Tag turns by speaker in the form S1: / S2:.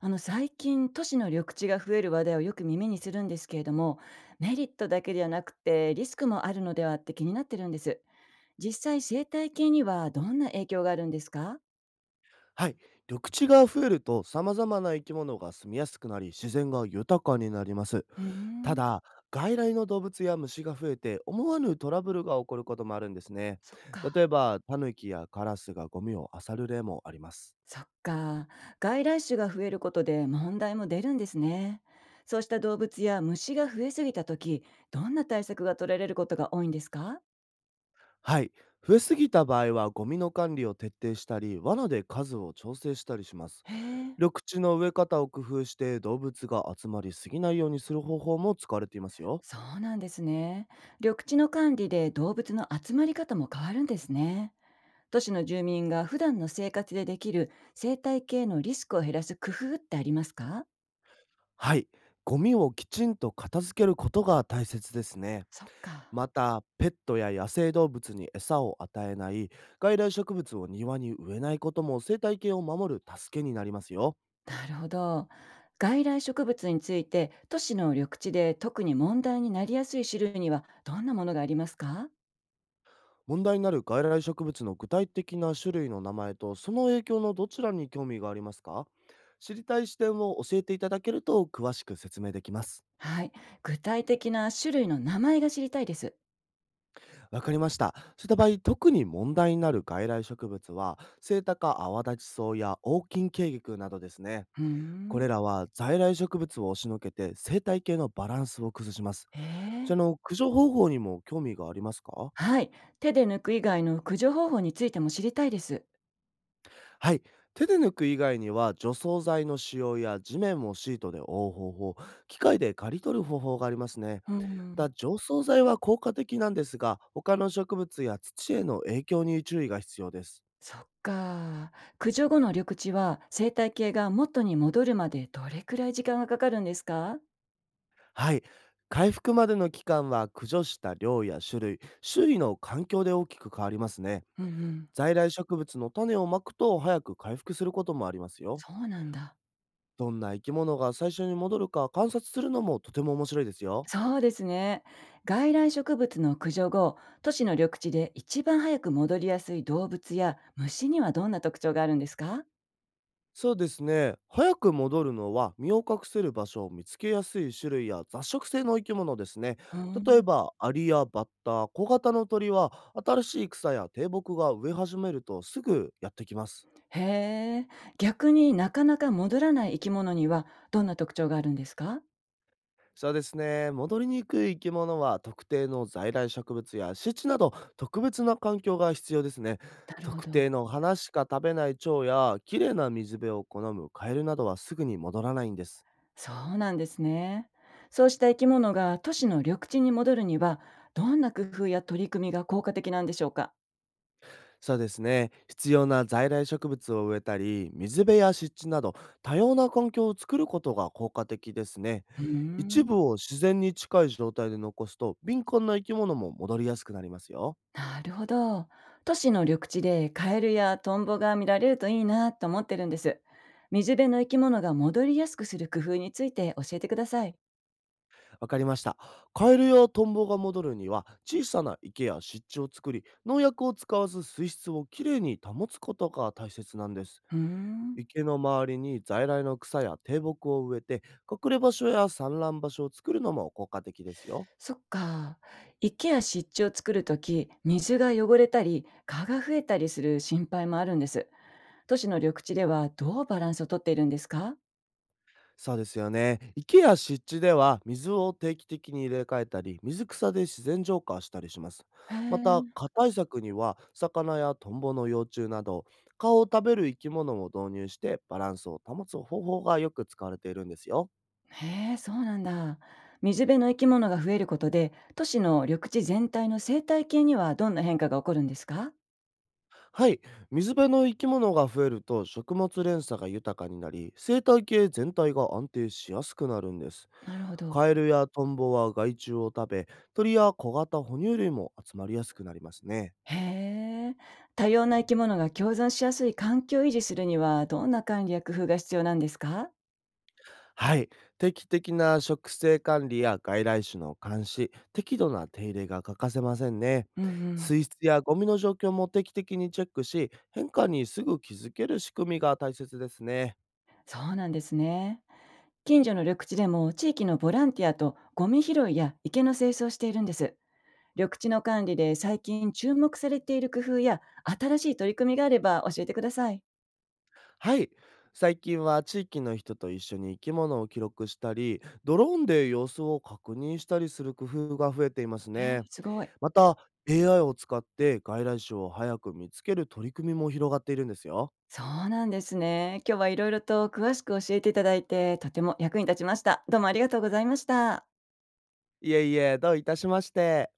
S1: 最近都市の緑地が増える話題をよく耳にするんですけれども、メリットだけではなくてリスクもあるのではって気になってるんです。実際生態系にはどんな影響があるんですか？
S2: はい。緑地が増えると様々な生き物が住みやすくなり、自然が豊かになります。
S1: うー
S2: た
S1: ん。
S2: だ、外来の動物や虫が増えて思わぬトラブルが起こることもあるんですね。
S1: そっか。
S2: 例えば、タヌキやカラスがゴミを漁る例もあります。
S1: そっか。外来種が増えることで問題も出るんですね。そうした動物や虫が増えすぎた時、どんな対策が取られることが多いんですか？
S2: はい。増えすぎた場合はゴミの管理を徹底したり、罠で数を調整したりします。
S1: へえ。
S2: 緑地の植え方を工夫して動物が集まりすぎないようにする方法も使われていますよ。
S1: そうなんですね。緑地の管理で動物の集まり方も変わるんですね。都市の住民が普段の生活でできる生態系のリスクを減らす工夫ってありますか？
S2: はい、ゴミをきちんと片付けることが大切ですね。
S1: そっか。
S2: また、ペットや野生動物に餌を与えない、外来植物を庭に植えないことも生態系を守る助けになりますよ。
S1: なるほど。外来植物について都市の緑地で特に問題になりやすい種類にはどんなものがありますか？
S2: 問題になる外来植物の具体的な種類の名前とその影響のどちらに興味がありますか？知りたい視点を教えていただけると詳しく説明できます。
S1: はい。具体的な種類の名前が知りたいです。
S2: わかりました。そういった場合、特に問題になる外来植物は、セイタカアワダチソウやオオキンケイギクなどですね。
S1: うー
S2: こ
S1: ん。
S2: れらは在来植物を押しのけて生態系のバランスを崩します。
S1: え
S2: じゃあ
S1: え。
S2: の駆除方法にも興味がありますか？
S1: はい。手で抜く以外の駆除方法についても知りたいです。
S2: はい。手で抜く以外には除草剤の使用や地面をシートで覆う方法、機械で刈り取る方法がありますね。
S1: うん。
S2: 除草剤は効果的なんですが、他の植物や土への影響に注意が必要です。
S1: そっか。駆除後の緑地は生態系が元に戻るまでどれくらい時間がかかるんですか？
S2: はい。回復までの期間は駆除した量や種類、周囲の環境で大きく変わりますね。
S1: うんうん。
S2: 在来植物の種をまくと早く回復することもありますよ。
S1: そうなんだ。
S2: どんな生き物が最初に戻るか観察するのもとても面白いですよ。
S1: そうですね。外来植物の駆除後、都市の緑地で一番早く戻りやすい動物や虫にはどんな特徴があるんですか？
S2: そうですね。早く戻るのは身を隠せる場所を見つけやすい種類や雑食性の生き物ですね。
S1: う
S2: 例
S1: ん、
S2: えばアリやバッタ、小型の鳥は新しい草や低木が植え始めるとすぐやってきます。
S1: へえ。逆になかなか戻らない生き物にはどんな特徴があるんですか？
S2: そうですね。戻りにくい生き物は特定の在来植物や湿地など特別な環境が必要ですね。
S1: なるほ
S2: 特定
S1: ど。
S2: の花しか食べない蝶や綺麗な水辺を好むカエルなどはすぐに戻らないんです。
S1: そうなんですね。そうした生き物が都市の緑地に戻るには、どんな工夫や取り組みが効果的なんでしょうか？
S2: そうですね。必要な在来植物を植えたり、水辺や湿地など多様な環境を作ることが効果的ですね。
S1: うー
S2: 一
S1: ん。
S2: 部を自然に近い状態で残すと敏感な生き物も戻りやすくなりますよ。
S1: なるほど。都市の緑地でカエルやトンボが見られるといいなと思ってるんです。水辺の生き物が戻りやすくする工夫について教えてください。
S2: わかりました。カエルやトンボが戻るには、小さな池や湿地を作り、農薬を使わず水質をきれいに保つことが大切なんです。
S1: うーん、
S2: 池の周りに在来の草や低木を植えて、隠れ場所や産卵場所を作るのも効果的ですよ。
S1: そっか。池や湿地を作るとき、水が汚れたり、蚊が増えたりする心配もあるんです。都市の緑地ではどうバランスをとっているんですか？
S2: そうですよね。池や湿地では水を定期的に入れ替えたり、水草で自然浄化したりします。
S1: へ
S2: また、
S1: え。
S2: 蚊対策には魚やトンボの幼虫など、蚊を食べる生き物も導入してバランスを保つ方法がよく使われているんですよ。
S1: へえ、そうなんだ。水辺の生き物が増えることで、都市の緑地全体の生態系にはどんな変化が起こるんですか？
S2: はい、水辺の生き物が増えると食物連鎖が豊かになり、生態系全体が安定しやすくなるんです。
S1: なるほど。
S2: カエルやトンボは害虫を食べ、鳥や小型哺乳類も集まりやすくなりますね。
S1: へえ。多様な生き物が共存しやすい環境を維持するには、どんな管理や工夫が必要なんですか？
S2: はい。定期的な食生管理や外来種の監視、適度な手入れが欠かせませんね。
S1: うんうん。
S2: 水質やゴミの状況も定期的にチェックし、変化にすぐ気づける仕組みが大切ですね。
S1: そうなんですね。近所の緑地でも地域のボランティアとゴミ拾いや池の清掃をしているんです。緑地の管理で最近注目されている工夫や新しい取り組みがあれば教えてください。
S2: はい。最近は地域の人と一緒に生き物を記録したり、ドローンで様子を確認したりする工夫が増えています
S1: へえ
S2: ね。
S1: すごい。
S2: また、AI を使って外来種を早く見つける取り組みも広がっているんですよ。
S1: そうなんですね。今日はいろいろと詳しく教えていただいて、とても役に立ちました。どうもありがとうございました。
S2: いえいえ、どういたしまして。